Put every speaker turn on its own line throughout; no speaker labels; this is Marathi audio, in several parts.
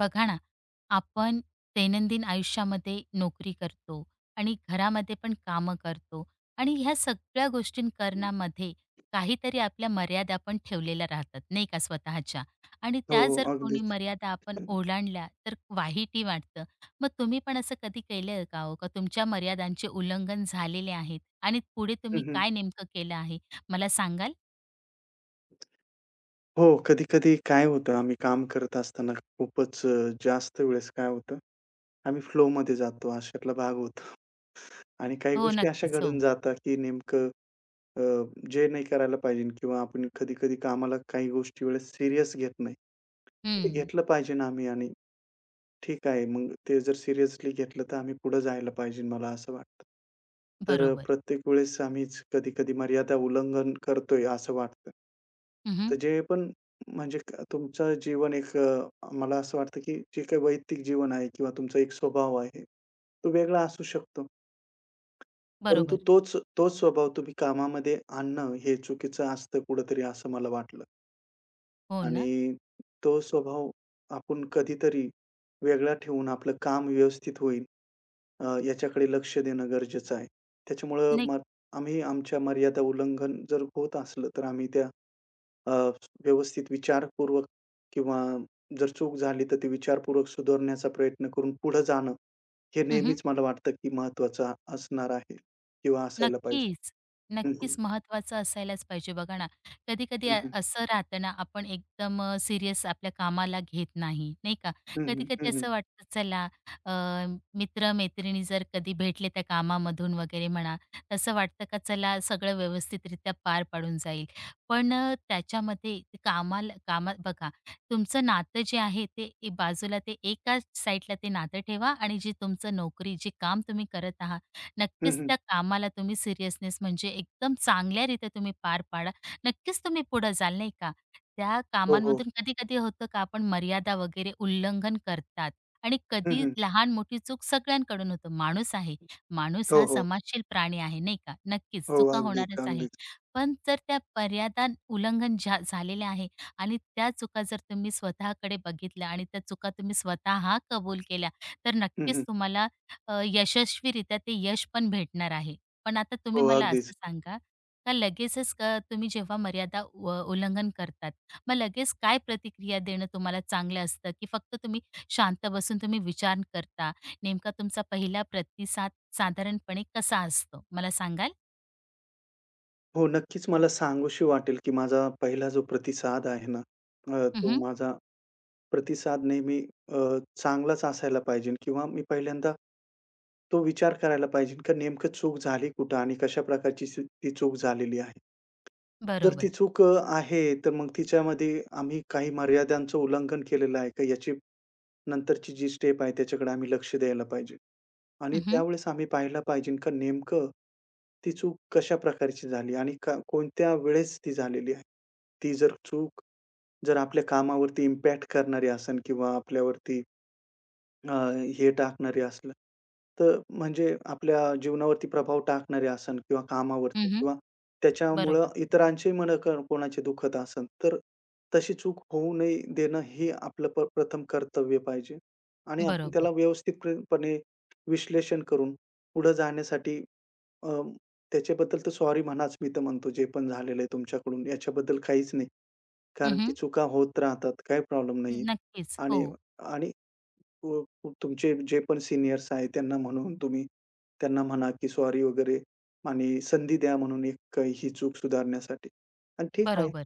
बघा ना, आपण दैनंदिन आयुष्यामध्ये नोकरी करतो आणि घरामध्ये पण कामं करतो आणि ह्या सगळ्या गोष्टी करण्यामध्ये काहीतरी आपल्या मर्यादा पण ठेवलेल्या राहतात, नाही का स्वतःच्या. आणि
हो,
त्या
हो.
जर कोणी
अगदीच.
मर्यादा आपण ओलांडल्या तर वाईटही वाटतं. मग तुम्ही पण असं कधी केलं का हो? का तुमच्या मर्यादांचे उल्लंघन झालेले आहेत आणि पुढे तुम्ही
हं, हं.
काय नेमकं केलं आहे? मला सांगाल?
हो, कधी-कधी काय होतं आम्ही काम करत असताना खूपच जास्त वेळेस काय होतं, आम्ही फ्लोमध्ये जातो अशातला भाग होतो आणि काही
हो,
गोष्टी अशा
नक्कीच. हो.
घडून जातात, की नेमकं अ, जे नाही करायला पाहिजे किंवा आपण कधी-कधी कामाला काही गोष्टी वेळेस सीरियस घेत नाही. तर ते
हं.
घेतलं पाहिजे ना आम्ही आणि ठीक आहे मग ते जर सिरियसली घेतलं तर आम्ही पुढे जायला पाहिजे मला असं वाटतं. तर
बरोबर.
प्रत्येक वेळेस आम्हीच कधी-कधी मर्यादा उल्लंघन करतोय असं वाटतं. तर
हं,
जे पण म्हणजे तुमचं जीवन एक मला असं वाटतं की जे काही वैयक्तिक जीवन आहे किंवा तुमचा एक स्वभाव आहे, तो वेगळा असू शकतो. परंतु
बरोबर.
तोच तोच स्वभाव तुम्ही कामामध्ये आणणं हे चुकीचं असतं कुठेतरी असं मला वाटलं.
हो ना?
आणि तो स्वभाव आपण कधीतरी वेगळा ठेवून आपलं काम व्यवस्थित होईल याच्याकडे लक्ष देणं गरजेचं आहे. त्याच्यामुळं
नाही,
मग आम्ही आमच्या मर्यादा उल्लंघन जर होत असलं, तर आम्ही त्या अ, व्यवस्थित विचारपूर्वक किंवा जर चूक झाली तर ती विचारपूर्वक सुधारण्याचा प्रयत्न करून पुढे जाणं, हे नेहमीच मला वाटतं की महत्त्वाचं असणार आहे किंवा असायला पाहिजे.
नक्कीच.
हं,
नक्कीच महत्त्वाचं असायलाच पाहिजे. बघा ना, कधी-कधी
हं, हं.
असं राहतं ना, आपण एकदम सीरियस आपल्या कामाला घेत नाही, नाही का?
हं, हं.
कधी-कधी
हं, हं.
असं वाटतं चला अ, मित्र-मैत्रिणी जर कधी भेटले त्या कामामधून वगैरे म्हणा, असं वाटतं का चला सगळं व्यवस्थितरित्या पार पाडून जाईल. पण त्याच्यामध्ये ते कामात बघा, तुमचं नातं जे आहे ते बाजूला ते एकाच साईडला ते नातं ठेवा आणि जी तुमचं नोकरी, जे काम तुम्ही करत आहात,
हं,
नक्कीच
हं.
त्या कामाला तुम्ही सिरियसनेस म्हणजे एकदम चांगल्यारीत्या तुम्ही पार पाडा. नक्कीच तुम्ही पुढे जाल नाही का. त्या
हो, हो.
कामांमधून कधी-कधी होतं का आपण मर्यादा वगैरे उल्लंघन करतात आणि
हं,
कधी
हं.
लहान-मोठी चूक सगळ्यांकडून होतं. माणूस आहे. माणूस
हो,
हा
हो.
समाजशील प्राणी आहे नाही का. नक्कीच
हो.
चुका
अगदीच,
होणारच आहे.
अगदीच.
पण जर त्या मर्यादा उल्लंघन झालेल्या आहे आणि त्या चुका जर तुम्ही स्वतःकडे बघितल्या आणि त्या चुका तुम्ही स्वतः कबूल केल्या, तर
हं,
नक्कीच
हं.
तुम्हाला यशस्वीरित्या ते यश पण भेटणार आहे. पण आता तुम्ही
हो,
मला
अगदीच.
असं सांगा, का लगेचच तुम्ही जेव्हा मर्यादा उल्लंघन करतात, मग लगेच काय प्रतिक्रिया देणं तुम्हाला चांगलं असतं, की फक्त तुम्ही शांत बसून तुम्ही विचार करता? नेमका तुमचा पहिला प्रतिसाद साधारणपणे कसा असतो? मला सांगाल?
हो, नक्कीच मला सांगूशी वाटेल, की माझा पहिला जो प्रतिसाद आहे ना, तो
हं,
माझा प्रतिसाद नेहमी अ, चांगलाच असायला पाहिजे किंवा मी पहिल्यांदा तो विचार करायला पाहिजे, की नेमकं चूक झाली कुठं आणि कशा प्रकारची ती चूक झालेली आहे. जर ती
बरोबर.
चूक आहे, तर मग तिच्यामध्ये आम्ही काही मर्यादांचं उल्लंघन केलेलं आहे का याची नंतरची जी स्टेप आहे त्याच्याकडे आम्ही लक्ष द्यायला पाहिजे. आणि
हं, हं.
त्यावेळेस आम्ही पाहायला पाहिजे का नेमकं ती चूक कशा प्रकारची झाली आणि का कोणत्या वेळेस ती झालेली आहे. ती जर चूक जर आपल्या कामावरती इम्पॅक्ट करणारी असेल किंवा आपल्यावरती अ, हे टाकणारे असलं, तर म्हणजे आपल्या जीवनावरती प्रभाव टाकणारे असन किंवा कामावरती किंवा
बरोबर,
त्याच्यामुळं इतरांची मनं कोणाची दुखत असन, तर तशी चूक होऊ नये देणं हे आपलं प्रथम कर्तव्य पाहिजे आणि आपण
बरोबर.
त्याला व्यवस्थितपणे विश्लेषण करून पुढं जाण्यासाठी अ, त्याच्याबद्दल तर सॉरी म्हणाच मी तर म्हणतो जे पण झालेलं आहे तुमच्याकडून याच्याबद्दल काहीच नाही. कारण की
हं,
चुका होत राहतात काही प्रॉब्लेम नाहीये
नक्कीच. हो.
आणि आणि व व तुमचे जे पण सीनियर्स आहेत त्यांना म्हणून तुम्ही त्यांना म्हणा, की सॉरी वगैरे आणि संधी द्या म्हणून एक ही चूक सुधारण्यासाठी. आणि ठीक आहे,
बरोबर,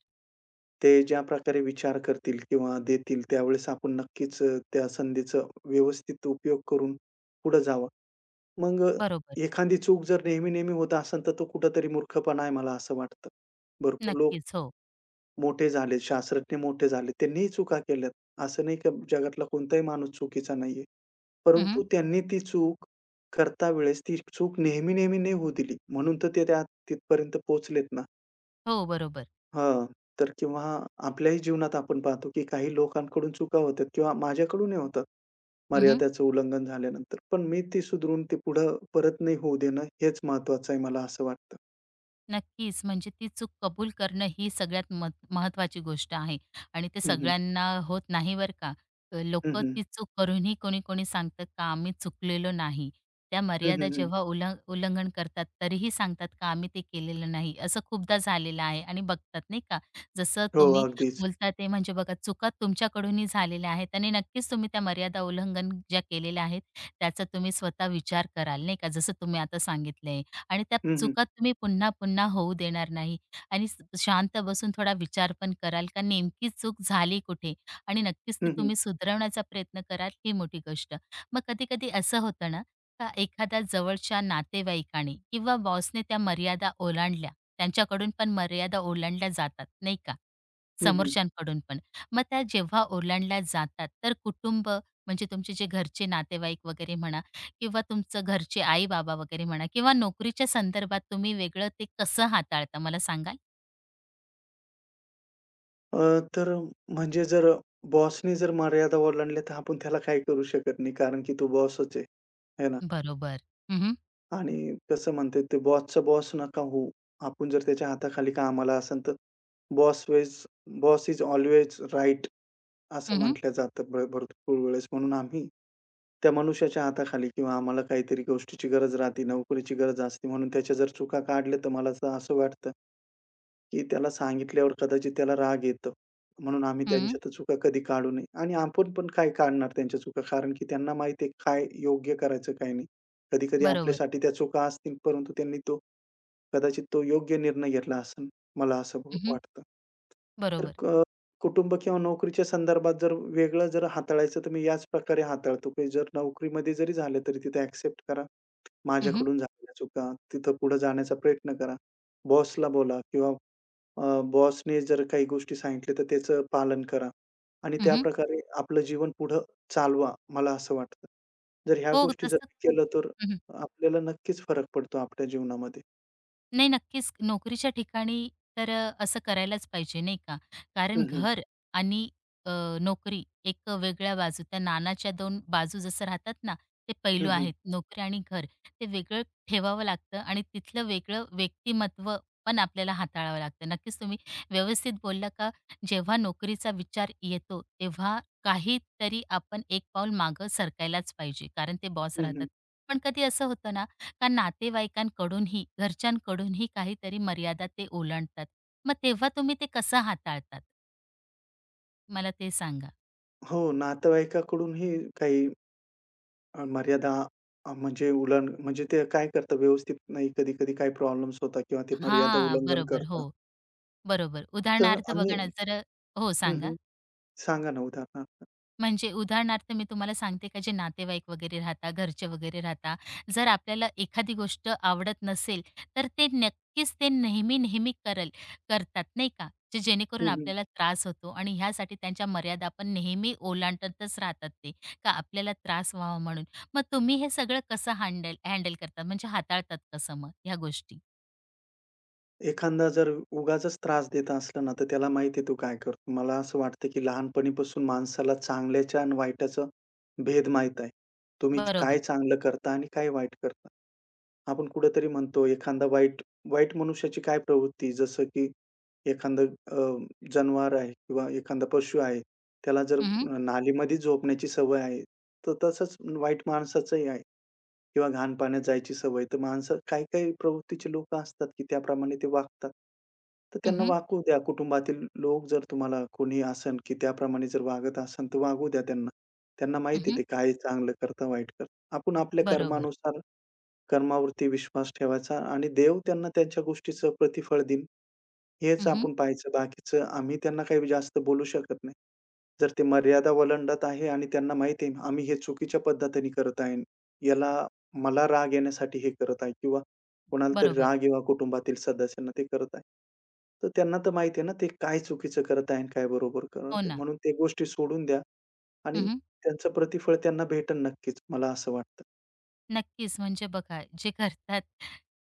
ते ज्या प्रकारे विचार करतील किंवा देतील त्यावेळेस आपण नक्कीच त्या संधीचा व्यवस्थित उपयोग करून पुढे जावं. मग
बरोबर.
एखादी चूक जर नेहमी-नेहमी होत असेल, तर तो कुठेतरी मूर्खपणा आहे मला असं वाटतं. भरपूर लोक
नक्कीच. हो.
मोठे झाले, शास्त्रज्ञ मोठे झाले. त्यांनीही चुका केल्यात. असं नाही का जगातला कोणताही माणूस चुकीचा नाहीये.
हं,
परंतु त्यांनी ती चूक करता वेळेस ती चूक नेहमी-नेहमी नाही होऊ दिली. म्हणून तर ते त्या तिथपर्यंत पोहोचलेत ना.
हो, बरोबर.
हां. तर किंवा आपल्याही जीवनात आपण पाहतो, की काही लोकांकडून चुका होतात किंवा माझ्याकडूनही होतात, मर्यादेचं उल्लंघन झाल्यानंतर. पण मी ती सुधारून ती पुढं परत नाही होऊ देणं हेच महत्वाचं आहे मला असं वाटतं.
नक्कीच. म्हणजे ती चूक कबूल करणं ही सगळ्यात महत्त्वाची गोष्ट आहे आणि ते
हं, हं.
सगळ्यांना होत नाही बरं का.
हं,
लोक
हं.
ती चूक करूनही कोणी-कोणी सांगतात का आम्ही चुकलेलो नाही. त्या
हं,
मर्यादा
हं, हं.
जेव्हा उल्लंघन करतात तरीही सांगतात का आम्ही ते केलेलं नाही. असं खूपदा झालेलं आहे आणि बघतात नाही का. जसं
हो,
तुम्ही
अगदीच.
बोलता ते म्हणजे बघा चुका तुमच्याकडूनही झालेल्या आहेत आणि नक्कीच तुम्ही त्या मर्यादा उल्लंघन ज्या केलेल्या आहेत त्याचा तुम्ही स्वतः विचार कराल नाही का. जसं तुम्ही आता सांगितलंय. आणि त्या
हं, हं.
चुका तुम्ही पुन्हा-पुन्हा होऊ देणार नाही आणि शांत बसून थोडा विचार पण कराल का नेमकी चूक झाली कुठे आणि नक्कीच ती
हं, हं.
तुम्ही सुधारवण्याचा प्रयत्न कराल ही मोठी गोष्ट. मग कधी-कधी असं होतं ना, का एखाद्या जवळच्या नातेवाईकाने किंवा बॉसने त्या मर्यादा ओलांडल्या, त्यांच्याकडून पण मर्यादा ओलांडल्या जातात नाही का?
हं, हं.
समोरच्यांकडून पण. मग त्या जेव्हा ओलांडल्या जातात तर कुटुंब म्हणजे तुमचे जे घरचे नातेवाईक वगैरे म्हणा किंवा तुमचं घरचे आई-बाबा वगैरे म्हणा किंवा नोकरीच्या संदर्भात तुम्ही वेगळं ते कसं हाताळता मला सांगाल?
अ, तर म्हणजे जर बॉसने जर मर्यादा ओलांडल्या, तर आपण त्याला काही करू शकत नाही. कारण की तो बॉसच आहे. आहे ना?
बरोबर. हं, हं.
आणि कसं म्हणतात ते बॉसचा बॉस नका होऊ. आपण जर त्याच्या हाताखाली कामाला असेल, तर boss was boss is always right असं
हं, हं.
म्हटलं जातं भरपूर वेळेस. म्हणून आम्ही त्या मनुष्याच्या हाताखाली किंवा आम्हाला काहीतरी गोष्टीची गरज राहते, नोकरीची गरज असते. म्हणून त्याच्या जर चुका काढल्या, तर मला तर असं वाटतं, की त्याला सांगितल्यावर कदाचित त्याला राग येतो. म्हणून आम्ही त्यांच्या तर चुका कधी काढू नये आणि आपण पण काय काढणार त्यांच्या चुका. कारण की त्यांना माहिती आहे काय योग्य करायचं, काय नाही. कधी-कधी
बरोबर.
आपल्यासाठी त्या चुका असतील, परंतु त्यांनी कदाचित तो योग्य निर्णय घेतला असेल, मला असं
हं,
वाटतं. तर
बरोबर.
कुटुंब किंवा नोकरीच्या संदर्भात जर वेगळं जर हाताळायचं, तर मी याच प्रकारे हाताळतो, की जर नोकरीमध्ये जरी झालं, तरी तिथे एक्सेप्ट करा.
हं, हं.
माझ्याकडून झालेल्या चुका, तिथं पुढे जाण्याचा प्रयत्न करा. बॉसला बोला किंवा बॉसने जर काही गोष्टी सांगितल्या, तर त्याचं पालन करा आणि त्या प्रकारे आपलं जीवन पुढं चालवा, मला असं वाटतं. जर ह्या
हो,
गोष्टी जर
तसं.
केलं, तर आपल्याला नक्कीच फरक पडतो आपल्या जीवनामध्ये.
नाही, नक्कीच. नोकरीच्या ठिकाणी तर असं करायलाच पाहिजे, नाही का? कारण
हं, हं.
घर आणि अ, नोकरी एक वेगळ्या बाजू, त्या नाण्याच्या दोन बाजू जसं राहतात ना, ते पैलू
हं, हं.
आहेत. नोकरी आणि घर ते वेगळं ठेवावं लागतं आणि तिथलं वेगळं व्यक्तिमत्व पण आपल्याला हाताळावं लागतं. नक्कीच तुम्ही व्यवस्थित बोलला का जेव्हा नोकरीचा विचार येतो, तेव्हा काहीतरी आपण एक पाऊल मागं सरकायलाच पाहिजे, कारण ते बॉस
हं, हं.
राहतात. पण कधी असं होतं ना, का नातेवाईकांकडूनही, घरच्यांकडूनही काहीतरी मर्यादा ते ओलांडतात. मग तेव्हा तुम्ही ते कसं हाताळतात? मला ते सांगा.
हो, नातेवाईकाकडूनही काही मर्यादा म्हणजे म्हणजे ते काय करतात व्यवस्थित नाही, कधी-कधी काही प्रॉब्लेम्स होतात किंवा ते मर्यादा
हां,
उल्लंघन
बरोबर. हो,
करतात.
बरोबर.
तर
उदाहरणार्थ
आम्ही
बघा ना, जर हो,
हं, हं.
सांगा.
सांगा ना उदाहरणार्थ?
म्हणजे उदाहरणार्थ मी तुम्हाला सांगते का जे नातेवाईक वगैरे राहता, घरचे वगैरे राहता, जर आपल्याला एखादी गोष्ट आवडत नसेल, तर ते नक्कीच ते नेहमी-नेहमी करतात नाही का? जे जेणेकरून
हं, हं.
आपल्याला त्रास होतो आणि ह्यासाठी त्यांच्या मर्यादा आपण नेहमी ओलांडतच राहतात ते, का आपल्याला त्रास व्हावा म्हणून. मग तुम्ही हे सगळं कसं हँडल हँडल करतात म्हणजे हाताळतात कसं मग ह्या गोष्टी?
एखादा जर उगाचच त्रास देत असला ना, तर त्याला माहिती आहे तो काय करतो. मला असं वाटतं, की लहानपणीपासून माणसाला चांगल्याच्या आणि वाईटाचा भेद माहीत आहे. तुम्ही
बरोबर.
काय चांगलं करता आणि काय वाईट करता. आपण कुठेतरी म्हणतो एखादा वाईट वाईट मनुष्याची काय प्रवृत्ती जसं की एखादं अ, जनावर आहे किंवा एखादा पशु आहे. त्याला जर
हं, हं.
नालीमध्ये झोपण्याची सवय आहे, तर तसंच वाईट माणसाचंही आहे. किंवा घाण पाण्यात जायची सवय, तर माणसं काही-काही प्रवृत्तीचे लोकं असतात, की त्याप्रमाणे ते वागतात. तर त्यांना
हं,
वागू द्या. कुटुंबातील लोक जर तुम्हाला कोणी असेल, की त्याप्रमाणे जर वागत असेल, तर वागू द्या त्यांना. त्यांना माहिती आहे ते काय चांगलं करता, वाईट करता. आपण आपल्या
बरोबर.
कर्मानुसार कर्मावरती विश्वास ठेवायचा आणि देव त्यांना त्यांच्या गोष्टीचं प्रतिफळ देईन. हेच
हं,
आपण पाहायचं. बाकीचं आम्ही त्यांना काही जास्त बोलू शकत नाही. जर ते मर्यादा ओलांडत आहे आणि त्यांना माहिती आहे आम्ही हे चुकीच्या पद्धतीने करत आहे. याला मला राग येण्यासाठी हे करत आहे किंवा कोणाला तरी
बरोबर.
राग येवा कुटुंबातील सदस्यांना ते करत आहे. तर त्यांना तर माहिती आहे ना ते काय चुकीचं करत आहे आणि काय बरोबर करत
हो
आहे.
ना.
म्हणून ते गोष्टी सोडून द्या आणि
हं,
त्यांचं प्रतिफळ त्यांना भेटेल नक्कीच मला असं वाटतं.
नक्कीच. म्हणजे बघा, जे करतात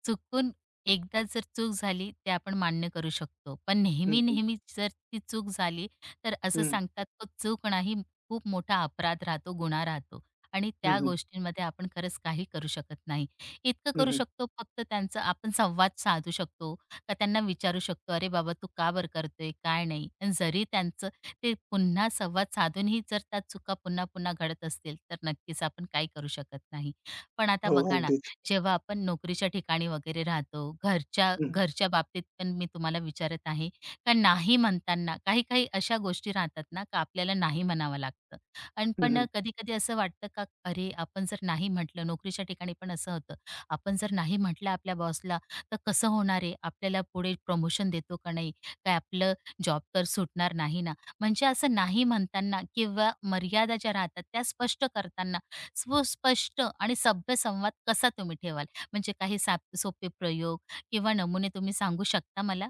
चुकून एकदा जर चूक झाली, ते आपण मान्य करू शकतो. पण
हं, हं.
नेहमी-नेहमी जर ती चूक झाली, तर असं
हं,
सांगतात, तो चूक नाही, खूप मोठा अपराध राहतो, गुन्हा राहतो आणि
हं,
त्या
हं.
गोष्टींमध्ये आपण खरंच काही करू शकत नाही. इतकं
हं,
करू
हं.
शकतो, फक्त त्यांचा आपण संवाद साधू शकतो का त्यांना विचारू शकतो, "अरे बाबा, तू का बरं करतोय? काय नाही?" आणि जरी त्यांचं ते पुन्हा संवाद साधूनही जर त्या चुका पुन्हा-पुन्हा घडत असतील, तर नक्कीच आपण काही करू शकत नाही. पण आता
हो,
बघा ना,
अगदीच.
जेव्हा आपण नोकरीच्या ठिकाणी वगैरे राहतो, घरच्या
हं, हं.
घरच्या बाबतीत पण मी तुम्हाला विचारत आहे, का नाही म्हणताना काही-काही अशा गोष्टी राहतात ना, का आपल्याला नाही म्हणावं लागतं. अन
हं,
पण
हं.
कधी-कधी असं वाटतं का, "अरे, आपण जर नाही म्हटलं", नोकरीच्या ठिकाणी पण असं होतं, आपण जर नाही म्हटलं आपल्या बॉसला, तर कसं होणार आहे? आपल्याला पुढे प्रमोशन देतो का नाही? काय आपलं जॉब तर सुटणार नाही ना? म्हणजे असं नाही म्हणताना किंवा मर्यादा ज्या राहतात त्या स्पष्ट करताना स्पष्ट आणि सभ्य संवाद कसा तुम्ही ठेवाल? म्हणजे काही सोपे प्रयोग किंवा नमुने तुम्ही सांगू शकता मला?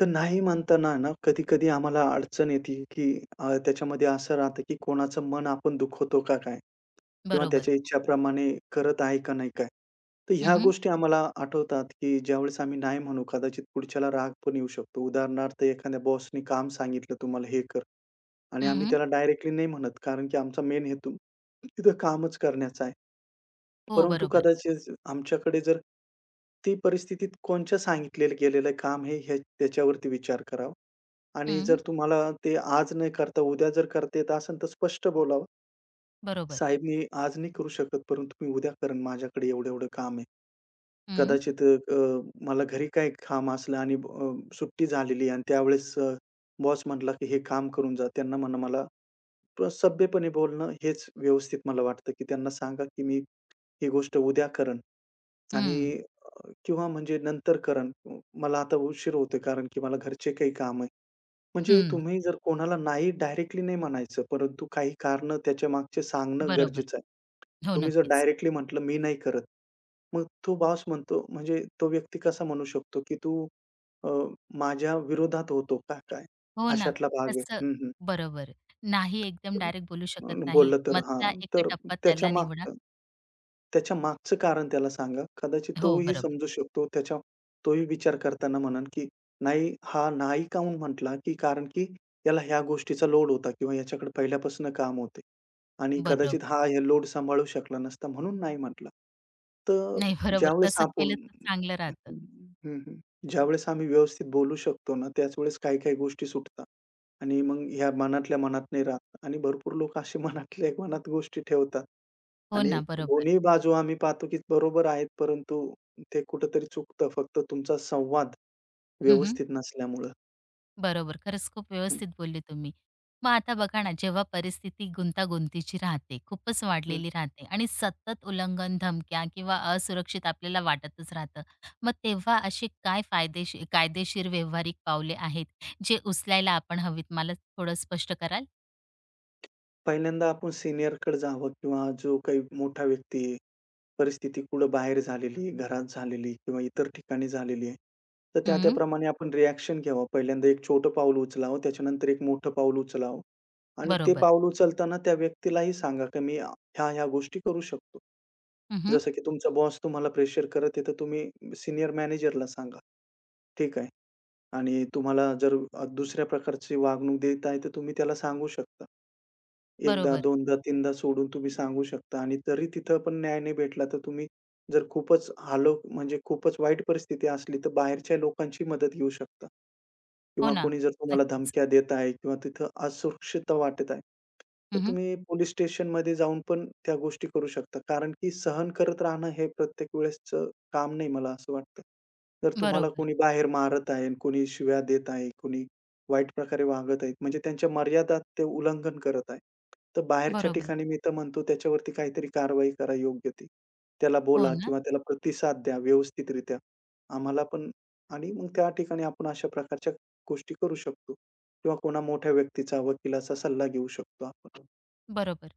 तर नाही म्हणताना ना, कधी-कधी आम्हाला अडचण येते, की त्याच्यामध्ये असं राहतं, की कोणाचं मन आपण दुखवतो का काय? किंवा
बरोबर.
त्याच्या इच्छाप्रमाणे करत आहे का नाही काय? तर
हं,
ह्या
हं.
गोष्टी आम्हाला आठवतात, की ज्यावेळेस आम्ही नाही म्हणू, कदाचित पुढच्याला राग पण येऊ शकतो. उदाहरणार्थ एखाद्या बॉसनी काम सांगितलं तुम्हाला हे कर आणि आम्ही त्याला डायरेक्टली नाही म्हणत, कारण की आमचा मेन हेतू तिथं कामच करण्याचा आहे.
हो,
परंतु
बरोबर.
कदाचित आमच्याकडे जर ती परिस्थितीत कोणच्या सांगितलेलं गेलेलं काम हे त्याच्यावरती विचार करावा. आणि
हं.
जर तुम्हाला ते आज नाही करता, उद्या जर करता येत असेल तर स्पष्ट बोलावं.
बरोबर.
"साहेब मी आज नाही करू शकत, परंतु मी उद्या करेन. माझ्याकडे एवढं-एवढं काम आहे.
हं.
कदाचित अ, अ, मला घरी काही काम असलं आणि सुट्टी झालेली आहे आणि त्यावेळेस बॉस म्हटला, की हे काम करून जा." त्यांना म्हणा मला सभ्यपणे बोलणं हेच व्यवस्थित मला वाटतं, की त्यांना सांगा, की मी ही गोष्ट उद्या करेन आणि
हं.
किंवा म्हणजे नंतर करेन. मला आता उशीर होतोय कारण की मला घरचे काही काम आहे. म्हणजे
हं.
तुम्ही जर कोणाला नाही डायरेक्टली नाही म्हणायचं, परंतु काही कारणं त्याच्यामागचे सांगणं
बरोबर.
गरजेचं आहे.
हो,
तुम्ही जर
नक्कीच.
डायरेक्टली म्हटलं, "मी नाही करत." मग तो बॉस म्हणतो म्हणजे तो व्यक्ती कसा म्हणू शकतो, की "तू अ, माझ्या विरोधात होतो का काय?"
हो ना.
अशातला भाग आहे.
तसं
हं, हं.
बरोबर. नाही एकदम डायरेक्ट बोलू
अ,
शकत नाही.
बोललं तर हां.
मधला एक
तर
टप्पा
त्याच्या
त्याला निवडा.
मागचं त्याच्या मागचं कारण त्याला सांगा. कदाचित
हो,
तोही
बरोबर.
समजू शकतो. तोही विचार करताना म्हणेल, की नाही हा नाही काहून म्हटला, की कारण की याला ह्या गोष्टीचा लोड होता किंवा याच्याकडे पहिल्यापासून काम होते आणि कदाचित
बरोबर.
हा हे लोड सांभाळू शकला नसता म्हणून नाही म्हटला. तर
नाही, बरोबर.
ज्यावेळेस
तसं
आपण
केलं तर चांगलं राहतं.
हं, हं. ज्यावेळेस आम्ही व्यवस्थित बोलू शकतो ना, त्याच वेळेस काही-काही गोष्टी सुटतात. आणि मग ह्या मनातल्या मनात नाही राहत आणि भरपूर लोक असे मनातल्या मनात गोष्टी ठेवतात
हो
आणि
ना, बरोबर.
दोन्ही बाजू आम्ही पाहतो की बरोबर आहेत, परंतु ते कुठेतरी चुकतं फक्त तुमचा संवाद
हं,
व्यवस्थित नसल्यामुळं.
बरोबर. खरंच खूप
हं,
व्यवस्थित बोलले तुम्ही. मग आता बघा ना, जेव्हा परिस्थिती गुंतागुंतीची राहते, खूपच
हं.
वाढलेली राहते आणि सतत उल्लंघन, धमक्या किंवा असुरक्षित आपल्याला वाटतच राहतं. मग तेव्हा असे काय कायदेशीर व्यावहारिक पावले आहेत, जे उचलायला आपण हवीत? मला थोडं स्पष्ट कराल?
पहिल्यांदा आपण सीनियरकडे जावं किंवा जो काही मोठा व्यक्ती आहे परिस्थिती कुठं बाहेर झालेली, घरात झालेली किंवा इतर ठिकाणी झालेली आहे. तर त्या-त्या
हं,
प्रमाणे आपण रिएक्शन घ्यावं. पहिल्यांदा एक छोटं पाऊल उचलावं, त्याच्यानंतर एक मोठं पाऊल उचलावं आणि ते
बरोबर.
पाऊल उचलताना त्या व्यक्तीलाही सांगा, की मी ह्या-ह्या गोष्टी करू शकतो.
हं,
जसं की तुमचा बॉस तुम्हाला प्रेशर करत आहे, तर तुम्ही सीनियर मॅनेजरला सांगा. ठीक आहे. आणि तुम्हाला जर दुसऱ्या प्रकारची वागणूक देत आहे, तर तुम्ही त्याला सांगू शकता. एकदा,
बरोबर.
दोनदा, तीनदा सोडून तुम्ही सांगू शकता आणि तरी तिथं पण न्याय नाही भेटला, तर तुम्ही जर खूपच हालो म्हणजे खूपच वाईट परिस्थिती असली, तर बाहेरच्या लोकांची मदत घेऊ शकता.
हो
किंवा
ना.
कोणी जर तुम्हाला
नक्कीच.
धमक्या देत आहे किंवा तिथं असुरक्षितता वाटत आहे, तर
हं.
तुम्ही पोलीस स्टेशनमध्ये जाऊन पण त्या गोष्टी करू शकता. कारण की सहन करत राहणं हे प्रत्येक वेळेसचं काम नाही मला असं वाटतं. जर तुम्हाला
बरोबर.
कोणी बाहेर मारत आहे, कोणी शिव्या देत आहे, कोणी वाईट प्रकारे वागत आहेत, म्हणजे त्यांच्या मर्यादा ते उल्लंघन करत आहे. तर बाहेरच्या
बरोबर.
ठिकाणी मी तर म्हणतो त्याच्यावरती काहीतरी कारवाई करा योग्य ती. त्याला
हो
बोला
ना.
किंवा त्याला प्रतिसाद द्या व्यवस्थितरित्या. आम्हाला पण आणि मग त्या ठिकाणी आपण अशा प्रकारच्या गोष्टी करू शकतो किंवा कोणा मोठ्या व्यक्तीचा, वकिलाचा सल्ला घेऊ शकतो आपण.
बरोबर.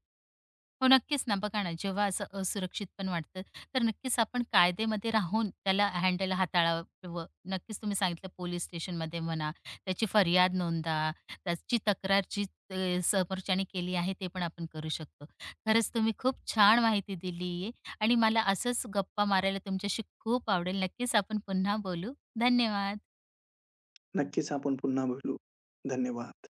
हो, नक्कीच ना. बघा ना, जेव्हा असं असुरक्षित पण वाटतं, तर नक्कीच आपण कायदेमध्ये राहून त्याला हँडल हाताळावं. नक्कीच तुम्ही सांगितलं पोलीस स्टेशनमध्ये म्हणा, त्याची फरियाद नोंदवा, त्याची तक्रार जी अ, समोरच्याने केली आहे ते पण आपण करू शकतो. खरंच तुम्ही खूप छान माहिती दिली आहे आणि मला असंच गप्पा मारायला तुमच्याशी खूप आवडेल. नक्कीच आपण पुन्हा बोलू. धन्यवाद.
नक्कीच आपण पुन्हा बोलू. धन्यवाद.